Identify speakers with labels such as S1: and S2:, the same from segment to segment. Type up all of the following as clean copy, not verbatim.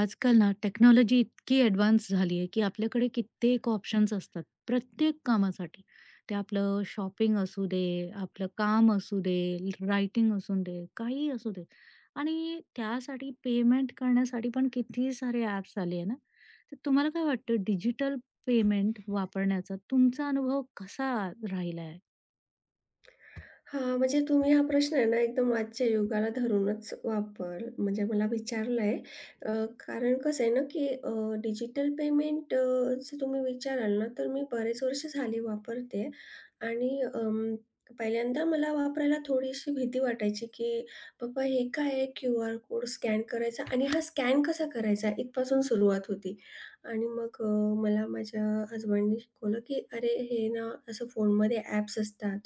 S1: आजकाल ना टेक्नॉलॉजी इतकी ॲडव्हान्स झाली आहे, की आपल्याकडे कित्येक ऑप्शन्स असतात प्रत्येक कामासाठी. ते आपलं शॉपिंग असू दे, आपलं काम असू दे, रायटिंग असू दे, काहीही असू दे आणि त्यासाठी पेमेंट करण्यासाठी पण किती सारे ॲप्स आले आहे ना. तर तुम्हाला काय वाटतं डिजिटल पेमेंट वापरण्याचा तुमचा अनुभव कसा राहिला आहे?
S2: हां, म्हणजे तुम्ही हा प्रश्न आहे ना एकदम आजच्या युगाला धरूनच वापर म्हणजे मला विचारलाय. अ, कारण कसं आहे ना, की डिजिटल पेमेंट जर तुम्ही विचाराल ना, तर मी बरेच वर्ष झाली वापरते आणि पहिल्यांदा मला वापरायला थोडीशी भीती वाटायची, की "बाबा हे काय आहे? क्यूआर कोड स्कॅन करायचा आणि हा स्कॅन कसा करायचा?" इथपासून सुरुवात होती. आणि मग मला माझ्या हसबंडनी शिकवलं, की "अरे, हे ना असं फोनमध्ये ॲप्स असतात,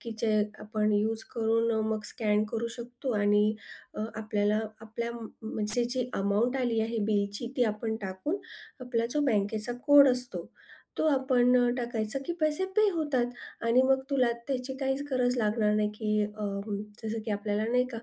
S2: की जे आपण यूज करून मग स्कॅन करू शकतो आणि आपल्याला आपल्या म्हणजे जी अमाउंट आली आहे बिलची ती आपण टाकून आपला जो बँकेचा कोड असतो तो आपण टाकायचा की पैसे पे होतात आणि मग तुला त्याची काहीच गरज लागणार नाही की जसं की आपल्याला नाही का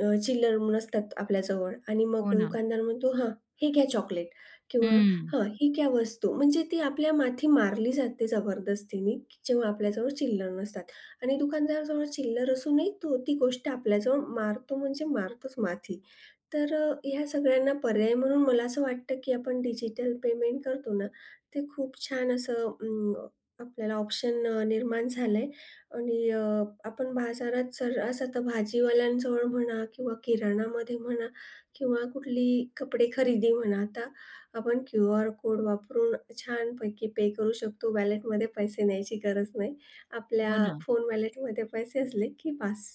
S2: चिल्लर नसतात आपल्याजवळ आणि मग
S1: हो ना.
S2: दुकानदार म्हणतो, "हां, हे घ्या चॉकलेट" किंवा
S1: हं.
S2: "हां, ही घ्या वस्तू." म्हणजे ती आपल्या माथी मारली जाते जबरदस्तीने, की जेव्हा आपल्याजवळ चिल्लर नसतात आणि दुकानदाराजवळ चिल्लर असूनही तो ती गोष्ट आपल्याजवळ मारतो म्हणजे मारतोच माथी. तर ह्या सगळ्यांना पर्याय म्हणून मला असं वाटतं, की आपण डिजिटल पेमेंट करतो ना, ते खूप छान असं आपल्याला ऑप्शन निर्माण झालंय. आणि आपण बाजारात सर्रास आता भाजीवाल्यांजवळ म्हणा किंवा किराणामध्ये म्हणा किंवा कुठली कपडे खरेदी म्हणा, आता आपण क्यूआर कोड वापरून छानपैकी पे करू शकतो. वॅलेटमध्ये पैसे न्यायची गरज नाही.
S1: हो
S2: आपल्या
S1: ना.
S2: फोन वॅलेटमध्ये पैसे असले की बास.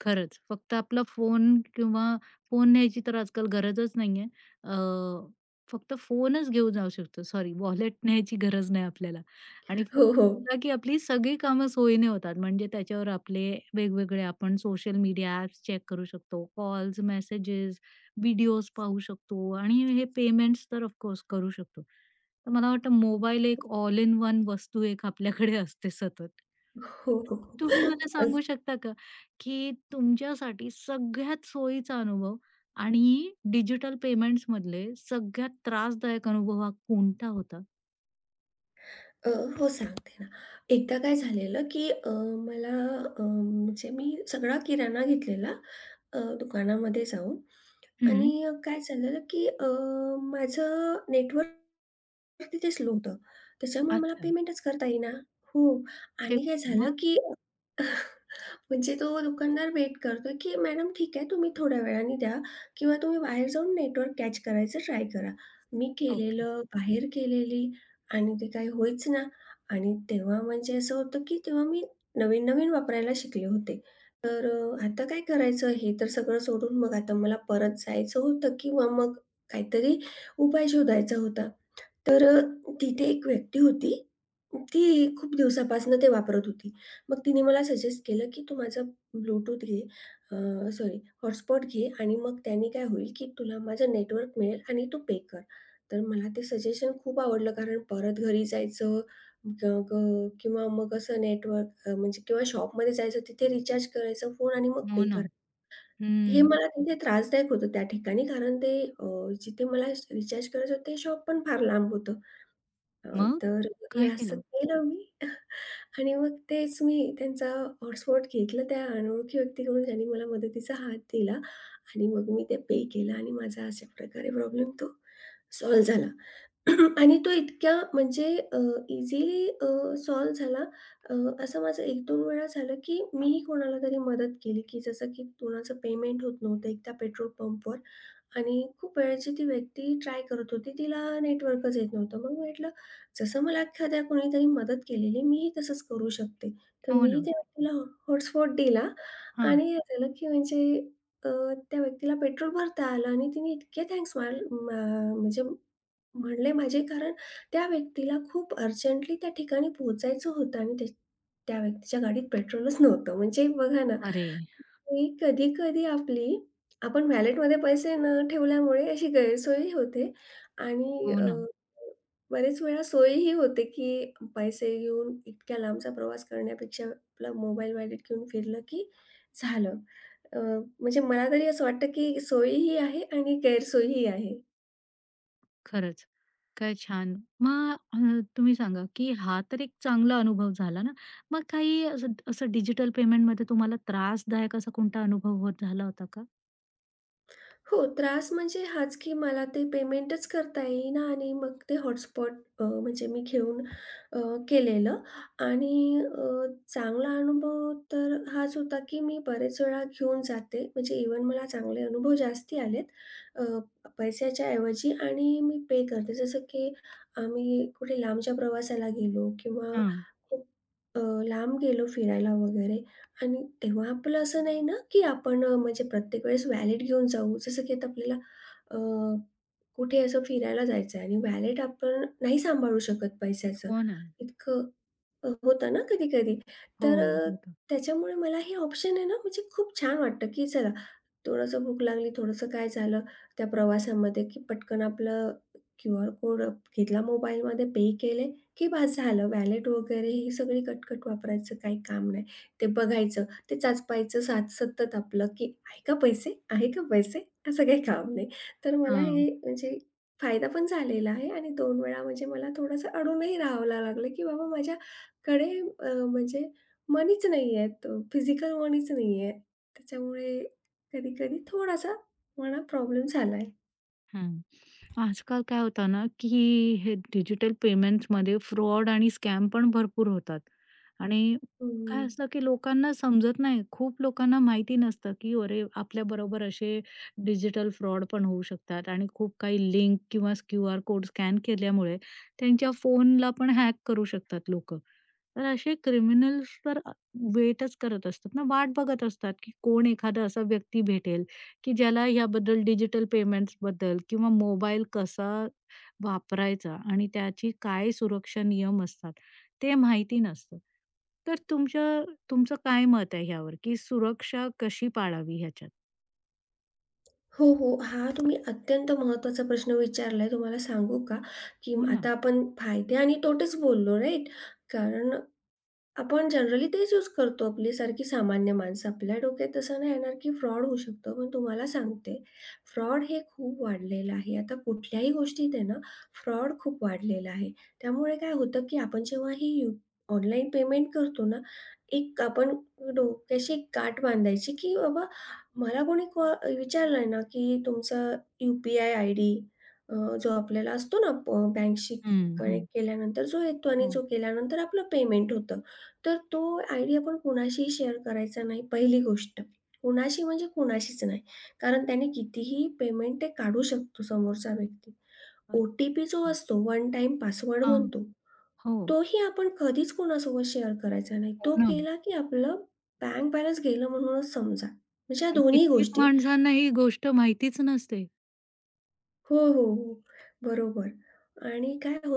S1: खरंच. फक्त आपला फोन किंवा फोन न्यायची तर आजकाल गरजच नाहीये. अ, फक्त फोनच घेऊन जाऊ शकतो. सॉरी, वॉलेट न्यायची गरज नाही आपल्याला आणि फोन
S2: हो, हो.
S1: असला की आपली सगळी कामं सोयीने होतात. म्हणजे त्याच्यावर आपले वेगवेगळे आपण सोशल मीडिया ॲप्स चेक करू शकतो. कॉल्स, मेसेजेस, व्हिडिओज पाहू शकतो आणि हे पेमेंट्स तर ऑफ करू शकतो. तर मला वाटतं मोबाईल एक ऑल इन वन वस्तू एक आपल्याकडे असते सतत.
S2: हो,
S1: तुम्ही मला
S2: हो.
S1: सांगू शकता का, की तुमच्यासाठी सगळ्यात सोयीचा अनुभव आणि डिजिटल पेमेंट्स पेमेंट्समधले सगळ्यात त्रासदायक अनुभव हा कोणता होता?
S2: अ, हो, सांगते ना. एकदा काय झालेलं, की मला म्हणजे मी सगळा किराणा घेतलेला दुकानामध्ये जाऊन
S1: हं.
S2: आणि काय झालेलं, की माझं नेटवर्क तिथे स्लो होतं. त्याच्यामुळे मला
S1: अच्छा.
S2: पेमेंटच करता येईना. हो,
S1: अरे
S2: आणि काय झालं,
S1: मग?
S2: की म्हणजे तो दुकानदार वेट करतोय, की "मॅडम ठीक आहे, तुम्ही थोड्या वेळाने द्या किंवा तुम्ही बाहेर जाऊन नेटवर्क कॅच करायचं ट्राय करा." मी
S1: ओके.
S2: केलेलं, बाहेर केलेली आणि ते काही होईच ना. आणि तेव्हा म्हणजे असं होतं, की तेव्हा मी नवीन-नवीन वापरायला शिकले होते. तर आता काय करायचं हे तर सगळं सोडून मग आता मला परत जायचं होतं किंवा मग काहीतरी उपाय शोधायचा होता. तर तिथे एक व्यक्ती होती. ती खूप दिवसापासनं ते वापरत होती. मग तिने मला सजेस्ट केलं, की "तू माझा Bluetooth घे सॉरी, हॉटस्पॉट घे आणि मग त्याने काय होईल, की तुला माझं नेटवर्क मिळेल आणि तू पे कर." तर मला ते सजेशन खूप आवडलं कारण परत घरी जायचं ग ग किंवा मग असं नेटवर्क म्हणजे किंवा शॉपमध्ये जायचं, तिथे रिचार्ज करायचा फोन आणि मग
S1: हो
S2: पे
S1: ना.
S2: करायचं. हे
S1: हं.
S2: मला तिथे त्रासदायक होतं त्या ठिकाणी कारण ते अ, जिथे मला रिचार्ज करायचं होतं ते शॉप पण फार लांब होतं. अ,
S1: मग?
S2: तर हे
S1: काय
S2: असं
S1: केलं?
S2: केलं मी. आणि मग तेच मी त्यांचा हॉटस्पॉट घेतला त्या अनोळखी व्यक्तीकडून ज्याने मला मदतीचा हात दिला आणि मग मी ते पे केलं आणि माझा अशा प्रकारे प्रॉब्लेम तो सॉल्व्ह झाला. आणि तो इतक्या म्हणजे अ, इझिली सॉल्व्ह झाला. अ, असं माझं 1-2 वेळा झालं, की मीही कोणाला तरी मदत केली, की जसं की कोणाचं पेमेंट होत नव्हतं एकदा पेट्रोल पंपवर आणि खूप वेळची ती व्यक्ती ट्राय करत होती. तिला नेटवर्कच येत नव्हतं. मग म्हटलं, जसं मला एखाद्या कोणीतरी मदत केलेली, मीही तसंच करू शकते. तर
S1: हो
S2: मीही
S1: ना.
S2: त्या व्यक्तीला हॉटस्पॉट दिला
S1: हां.
S2: आणि झालं, की म्हणजे अ, त्या व्यक्तीला पेट्रोल भरता आलं आणि तिने इतके थँक्स मा म्हणजे म्हणले म्हणजे कारण त्या व्यक्तीला खूप अर्जंटली त्या ठिकाणी पोहोचायचं होतं आणि त्या त्या व्यक्तीच्या गाडीत पेट्रोलच नव्हतं. म्हणजे बघा ना,
S1: अरे!
S2: की कधी-कधी आपली आपण वॅलेटमध्ये पैसे न ठेवल्यामुळे अशी गैरसोयही होते आणि
S1: हो ना.
S2: बरेच वेळा सोयही होते, की पैसे घेऊन इतक्या लांबचा प्रवास करण्यापेक्षा आपला मोबाईल वॅलेट घेऊन फिरलं, की झालं. अ, म्हणजे मला तरी असं वाटतं, की सोयीही आहे आणि गैरसोयीही आहे.
S1: खरंच. काय छान. मग तुम्ही सांगा, की हा तर एक चांगला अनुभव झाला ना. मग काही असं असं डिजिटल पेमेंटमध्ये तुम्हाला त्रासदायक असा कोणता अनुभव होत झाला होता का?
S2: हो, त्रास म्हणजे हाच, की मला ते पेमेंटच करता येईना आणि मग ते हॉटस्पॉट म्हणजे मी घेऊन अ, केलेलं आणि चांगला अनुभव तर हाच होता, की मी बरेच वेळा घेऊन जाते. म्हणजे इवन मला चांगले अनुभव जास्ती आलेत. अ, पैशाच्या ऐवजी आणि मी पे करते. जसं की आम्ही कुठे लांबच्या प्रवासाला गेलो किंवा खूप अ, लांब गेलो फिरायला वगैरे, आणि तेव्हा आपलं असं नाही ना, की आपण म्हणजे प्रत्येक वेळेस वॅलेट घेऊन जाऊ. जसं की आता आपल्याला अ, कुठे असं फिरायला जायचं आहे आणि वॅलेट आपण नाही सांभाळू शकत पैशाचं.
S1: हो ना.
S2: इतकं होतं ना कधी-कधी.
S1: हो,
S2: तर
S1: होतं.
S2: त्याच्यामुळे मला हे ऑप्शन आहे ना, म्हणजे खूप छान वाटतं, की चला थोडंसं भूक लागली, थोडंसं काय झालं त्या प्रवासामध्ये, की पटकन आपलं क्यूआर कोड घेतला मोबाईलमध्ये, पे केले, की बास झालं. वॅलेट वगैरे ही सगळी कटकट वापरायचं काही काम नाही. ते बघायचं, ते चाचपायचं सात सतत आपलं, की आहे का पैसे? आहे का पैसे? असं काही काम नाही. तर मला
S1: हां.
S2: हे म्हणजे फायदा पण झालेला आहे आणि 2 वेळा म्हणजे मला थोडंसं अडूनही राहावं लागलं, की बाबा माझ्याकडे म्हणजे मनीच नाही आहेत, फिजिकल मनीच नाही आहे. त्याच्यामुळे कधी-कधी थोडासा मला प्रॉब्लेम झाला आहे.
S1: हं. आजकाल काय होतं ना, की हे डिजिटल पेमेंट्समध्ये फ्रॉड आणि स्कॅम पण भरपूर होतात. आणि
S2: हं.
S1: काय असतं, की लोकांना समजत नाही. खूप लोकांना माहिती नसतं, की अरे, आपल्याबरोबर असे डिजिटल फ्रॉड पण होऊ शकतात आणि खूप काही लिंक किंवा क्यूआर कोड स्कॅन केल्यामुळे त्यांच्या फोनला पण हॅक करू शकतात लोकं. तर असे क्रिमिनल्स तर वेटच करत असतात ना, वाट बघत असतात, की कोण एखादा असा व्यक्ती भेटेल की ज्याला याबद्दल डिजिटल पेमेंट्सबद्दल किंवा मोबाईल कसा वापरायचा आणि त्याची काय सुरक्षा नियम असतात, ते माहिती नसतं. तर तुमचं काय मत आहे ह्यावर, की सुरक्षा कशी पाळावी ह्याच्यात?
S2: हो, हो. हा तुम्ही अत्यंत महत्त्वाचा प्रश्न विचारला. तुम्हाला सांगू का, की
S1: हो ना.
S2: आता आपण फायदे आणि तोटेच बोललो, राइट? कारण आपण जनरली तेच यूज करतो. आपली सारखी सामान्य माणसं. आपल्या डोक्यात तसं नाही येणार की फ्रॉड होऊ शकतो. पण तुम्हाला सांगते, फ्रॉड हे खूप वाढलेलं आहे. आता कुठल्याही गोष्टीत आहे ना, फ्रॉड खूप वाढलेला आहे. त्यामुळे काय होतं की आपण जेव्हा ही यू ऑनलाईन पेमेंट करतो ना, एक आपण डोक्याशी एक गाठ बांधायची की बाबा मला कोणी विचारलंय ना की तुमचा यू-पी-आय आयडी अ, जो आपल्याला असतो ना बँकशी
S1: हं.
S2: कनेक्ट केल्यानंतर जो येतो आणि
S1: हो.
S2: जो केल्यानंतर आपलं पेमेंट होतं. तर तो आयडिया आपण कुणाशीही शेअर करायचा नाही पहिली गोष्ट. कुणाशी म्हणजे कुणाशीच नाही. कारण त्याने कितीही पेमेंट ते काढू शकतो समोरचा व्यक्ती.
S1: अच्छा.
S2: ओ-टी-पी जो असतो वन टाइम पासवर्ड
S1: हां.
S2: म्हणतो,
S1: हो.
S2: तोही आपण कधीच कोणासोबत शेअर करायचा नाही.
S1: हो
S2: तो
S1: ना.
S2: केला की आपलं बँक बॅलन्स गेलं म्हणूनच समजा. म्हणजे या
S1: आणि
S2: दोन्ही
S1: कित्येक
S2: गोष्टी.
S1: माणसांना ही गोष्ट माहितीच नसते.
S2: हो, हो, हो. बरोबर. आणि काय हो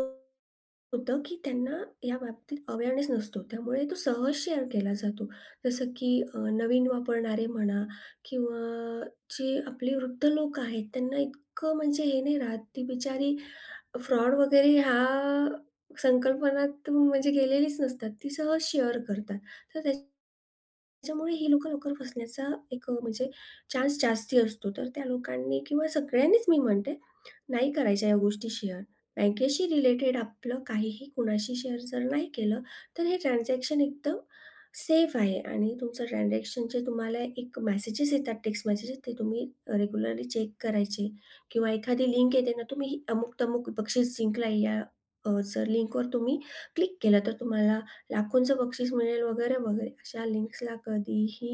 S2: होतं, की त्यांना याबाबतीत अवेअरनेस नसतो. त्यामुळे तो सहज शेअर केला जातो. जसं की नवीन वापरणारे म्हणा किंवा जे आपले वृद्ध लोक आहेत, त्यांना इतकं म्हणजे हे नाही राहत. ती बिचारी फ्रॉड वगैरे ह्या संकल्पनात म्हणजे गेलेलीच नसतात. ती सहज शेअर करतात. तर त्याच्यामुळे ही लोकं लवकर फसण्याचा म्हणजे चान्स जास्ती असतो. तर त्या लोकांनी किंवा सगळ्यांनीच मी म्हणते, नाही करायच्या या गोष्टी शेअर. बँकेशी रिलेटेड आपलं काहीही कुणाशी शेअर जर नाही केलं, तर हे ट्रान्झॅक्शन एकदम सेफ आहे आणि तुमचं ट्रान्झॅक्शनचे तुम्हाला एक मेसेजेस येतात, टेक्स्ट मेसेजेस ते तुम्ही रेग्युलरली चेक करायचे किंवा एखादी लिंक येते ना, तुम्ही अमुक-तमुक बक्षीस जिंकला या जर लिंकवर तुम्ही क्लिक केलं, तर तुम्हाला लाखोंचं बक्षीस मिळेल वगैरे, वगैरे. अशा लिंक्सला कधीही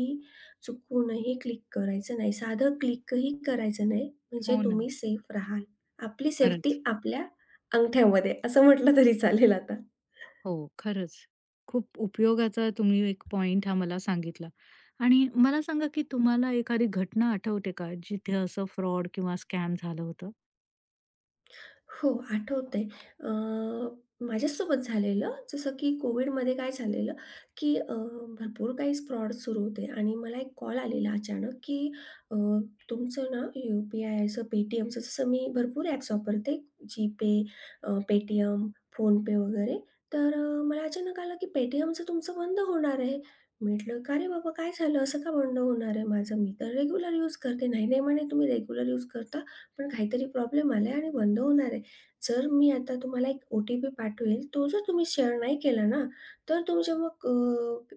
S2: चुकूनही क्लिक करायचं नाही. साधं क्लिकही करायचं नाही, म्हणजे
S1: हो ना.
S2: तुम्ही सेफ राहाल. आपली
S1: खरंच.
S2: सेफ्टी आपल्या अंगठ्यामध्ये असं म्हटलं तरी चालेल आता.
S1: हो, खरंच. खूप उपयोगाचा तुम्ही एक पॉइंट हा मला सांगितला. आणि मला सांगा, की तुम्हाला एखादी घटना आठवते का, जिथे असं फ्रॉड किंवा स्कॅम झालं होतं?
S2: हो, आठवतंय. अ, माझ्यासोबत झालेलं, जसं की कोविडमध्ये काय झालेलं, की भरपूर काही फ्रॉड सुरू होते आणि मला एक कॉल आलेला अचानक, की अ, तुमचं ना यू-पी-आयचं, पेटीएमचं, जसं मी भरपूर ॲप्स वापरते, जीपे, पेटीएम, फोनपे वगैरे. तर मला अचानक आलं, की पेटीएमचं तुमचं बंद होणार आहे. म्हटलं, "का रे बाबा, काय झालं? असं का बंद होणार आहे माझं? मी तर रेग्युलर यूज करते." "नाही, नाही," म्हणे, "तुम्ही रेग्युलर यूज करता, पण काहीतरी प्रॉब्लेम आलाय आणि बंद होणार आहे." जर मी आता तुम्हाला एक ओ-टी-पी पाठवेल, तो जर तुम्ही शेअर नाही केला ना, तर तुमचे मग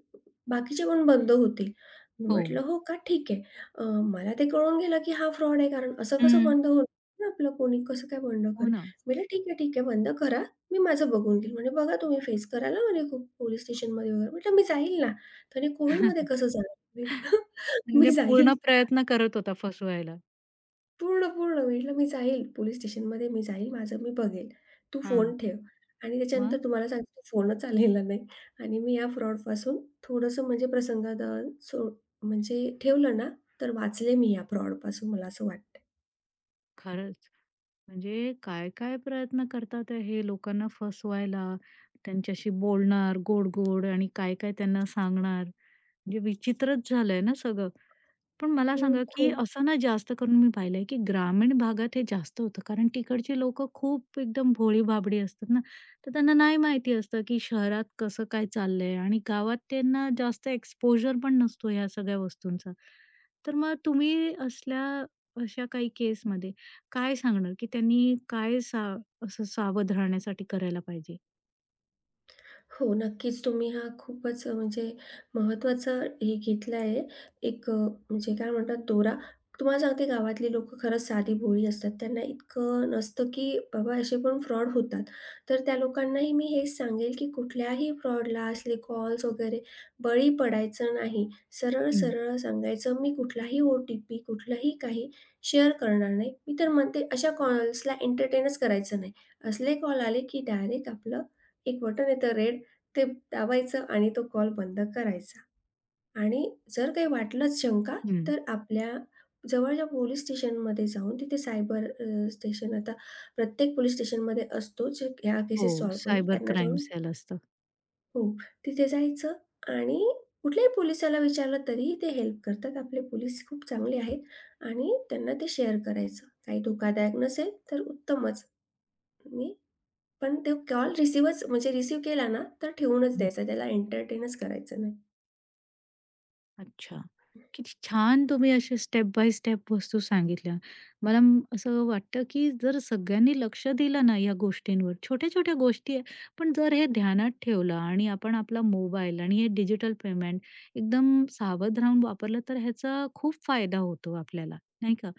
S2: बाकीचे पण बंद होतील. मी
S1: हो.
S2: म्हटलं, "हो का? ठीक आहे." अ, मला ते कळून गेलं की हा फ्रॉड आहे कारण असं कसं
S1: हं.
S2: बंद होणार ना आपलं कोणी, कसं काय बंद
S1: हो
S2: करेल?
S1: ना.
S2: मी म्हटलं, "ठीक आहे, ठीक आहे. बंद करा. मी माझं बघून घेईल." म्हणे, "बघा तुम्ही फेस कराल, म्हणे, खूप पोलीस स्टेशनमध्ये वगैरे." म्हटलं, "मी जाईल ना." तर "कोविडमध्ये कसं जाणार?" म्हटलं, "मी
S1: म्हणजे पूर्ण
S2: जाईल."
S1: प्रयत्न करत होता फसवायला.
S2: पूर्ण, पूर्ण. म्हटलं, "मी जाईल पोलीस स्टेशनमध्ये, मी जाईल माझं, मी बघेल. तू
S1: हां.
S2: फोन ठेव." आणि त्याच्यानंतर
S1: मग?
S2: तुम्हाला सांगते तो फोनच आलेला नाही आणि मी या फ्रॉडपासून थोडंसं म्हणजे प्रसंगात सो म्हणजे ठेवलं ना, तर वाचले मी या फ्रॉडपासून मला असं वाटतंय.
S1: खरंच. म्हणजे काय-काय प्रयत्न करतात हे लोकांना फसवायला, त्यांच्याशी बोलणार गोड-गोड आणि काय-काय त्यांना सांगणार. म्हणजे विचित्रच झालंय ना सगळं. पण मला सांगा,
S2: खूप,
S1: की
S2: खूप.
S1: असं ना जास्त करून मी पाहिलंय, की ग्रामीण भागात हे जास्त होतं. कारण तिकडची लोकं खूप एकदम भोळी-भाबडी असतात ना, तर त्यांना नाही माहिती असतं, की शहरात कसं काय चाललंय आणि गावात त्यांना जास्त एक्सपोजर पण नसतो ह्या सगळ्या वस्तूंचा. तर मग तुम्ही असल्या अशा काही केसमध्ये काय सांगणार, की त्यांनी काय सा असं सावध राहण्यासाठी करायला पाहिजे?
S2: हो, नक्कीच. तुम्ही हा खूपच म्हणजे महत्त्वाचा हे घेतला आहे. एक अ, म्हणजे काय म्हणतात दोरा. तुम्हाला सांगते गावातली लोकं खरंच साधीभोळी असतात. त्यांना इतकं नसतं, की बाबा असे पण फ्रॉड होतात. तर त्या लोकांनाही मी हेच सांगेल, की कुठल्याही फ्रॉडला असले कॉल्स वगैरे बळी पडायचं नाही.
S1: हं,
S2: सरळ-सरळ सांगायचं, "मी कुठलाही ओ-टी-पी, कुठलंही काही शेअर करणार नाही." मी तर म्हणते अशा कॉल्सला एंटरटेनच करायचं नाही. असले कॉल आले, की डायरेक्ट आपलं एक बटन येतं रेड, ते दाबायचं आणि तो कॉल बंद करायचा आणि जर काही वाटलंच शंका,
S1: हं.
S2: तर आपल्या जवळच्या पोलीस स्टेशनमध्ये जाऊन तिथे सायबर स्टेशन आता प्रत्येक पोलीस स्टेशनमध्ये असतो, जे ह्या केसेस
S1: हो.
S2: सॉल्व्ह करून
S1: सायबर
S2: त्यांना जाऊन.
S1: क्राईम्स याला असतं.
S2: हो, तिथे जायचं आणि कुठल्याही पोलिसाला विचारलं तरीही ते हेल्प करतात. आपले पोलीस खूप चांगले आहेत आणि त्यांना ते शेअर करायचं. काही धोकादायक नसेल तर उत्तमच. मी पण ते कॉल रिसीव्हच म्हणजे रिसीव्ह केला ना, तर ठेवूनच द्यायचा. त्याला एंटरटेनच करायचं नाही.
S1: अच्छा. किती छान तुम्ही असे स्टेप बाय स्टेप वस्तू सांगितल्या. मला असं वाटतं, की जर सगळ्यांनी लक्ष दिलं ना या गोष्टींवर, छोट्या-छोट्या गोष्टी आहे, पण जर हे ध्यानात ठेवलं आणि आपण आपला मोबाईल आणि हे डिजिटल पेमेंट एकदम सावध राहून वापरलं, तर ह्याचा खूप फायदा होतो आपल्याला, नाही का?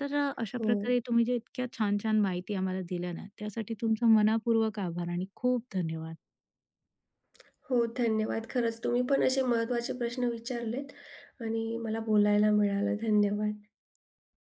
S1: तर अशा
S2: हो,
S1: प्रकारे तुम्ही जे इतक्या छान-छान माहिती आम्हाला दिल्या ना, त्यासाठी तुमचा मनःपूर्वक आभार आणि खूप धन्यवाद.
S2: हो, धन्यवाद. खरंच तुम्ही पण असे महत्त्वाचे प्रश्न विचारलेत आणि मला बोलायला मिळालं. धन्यवाद.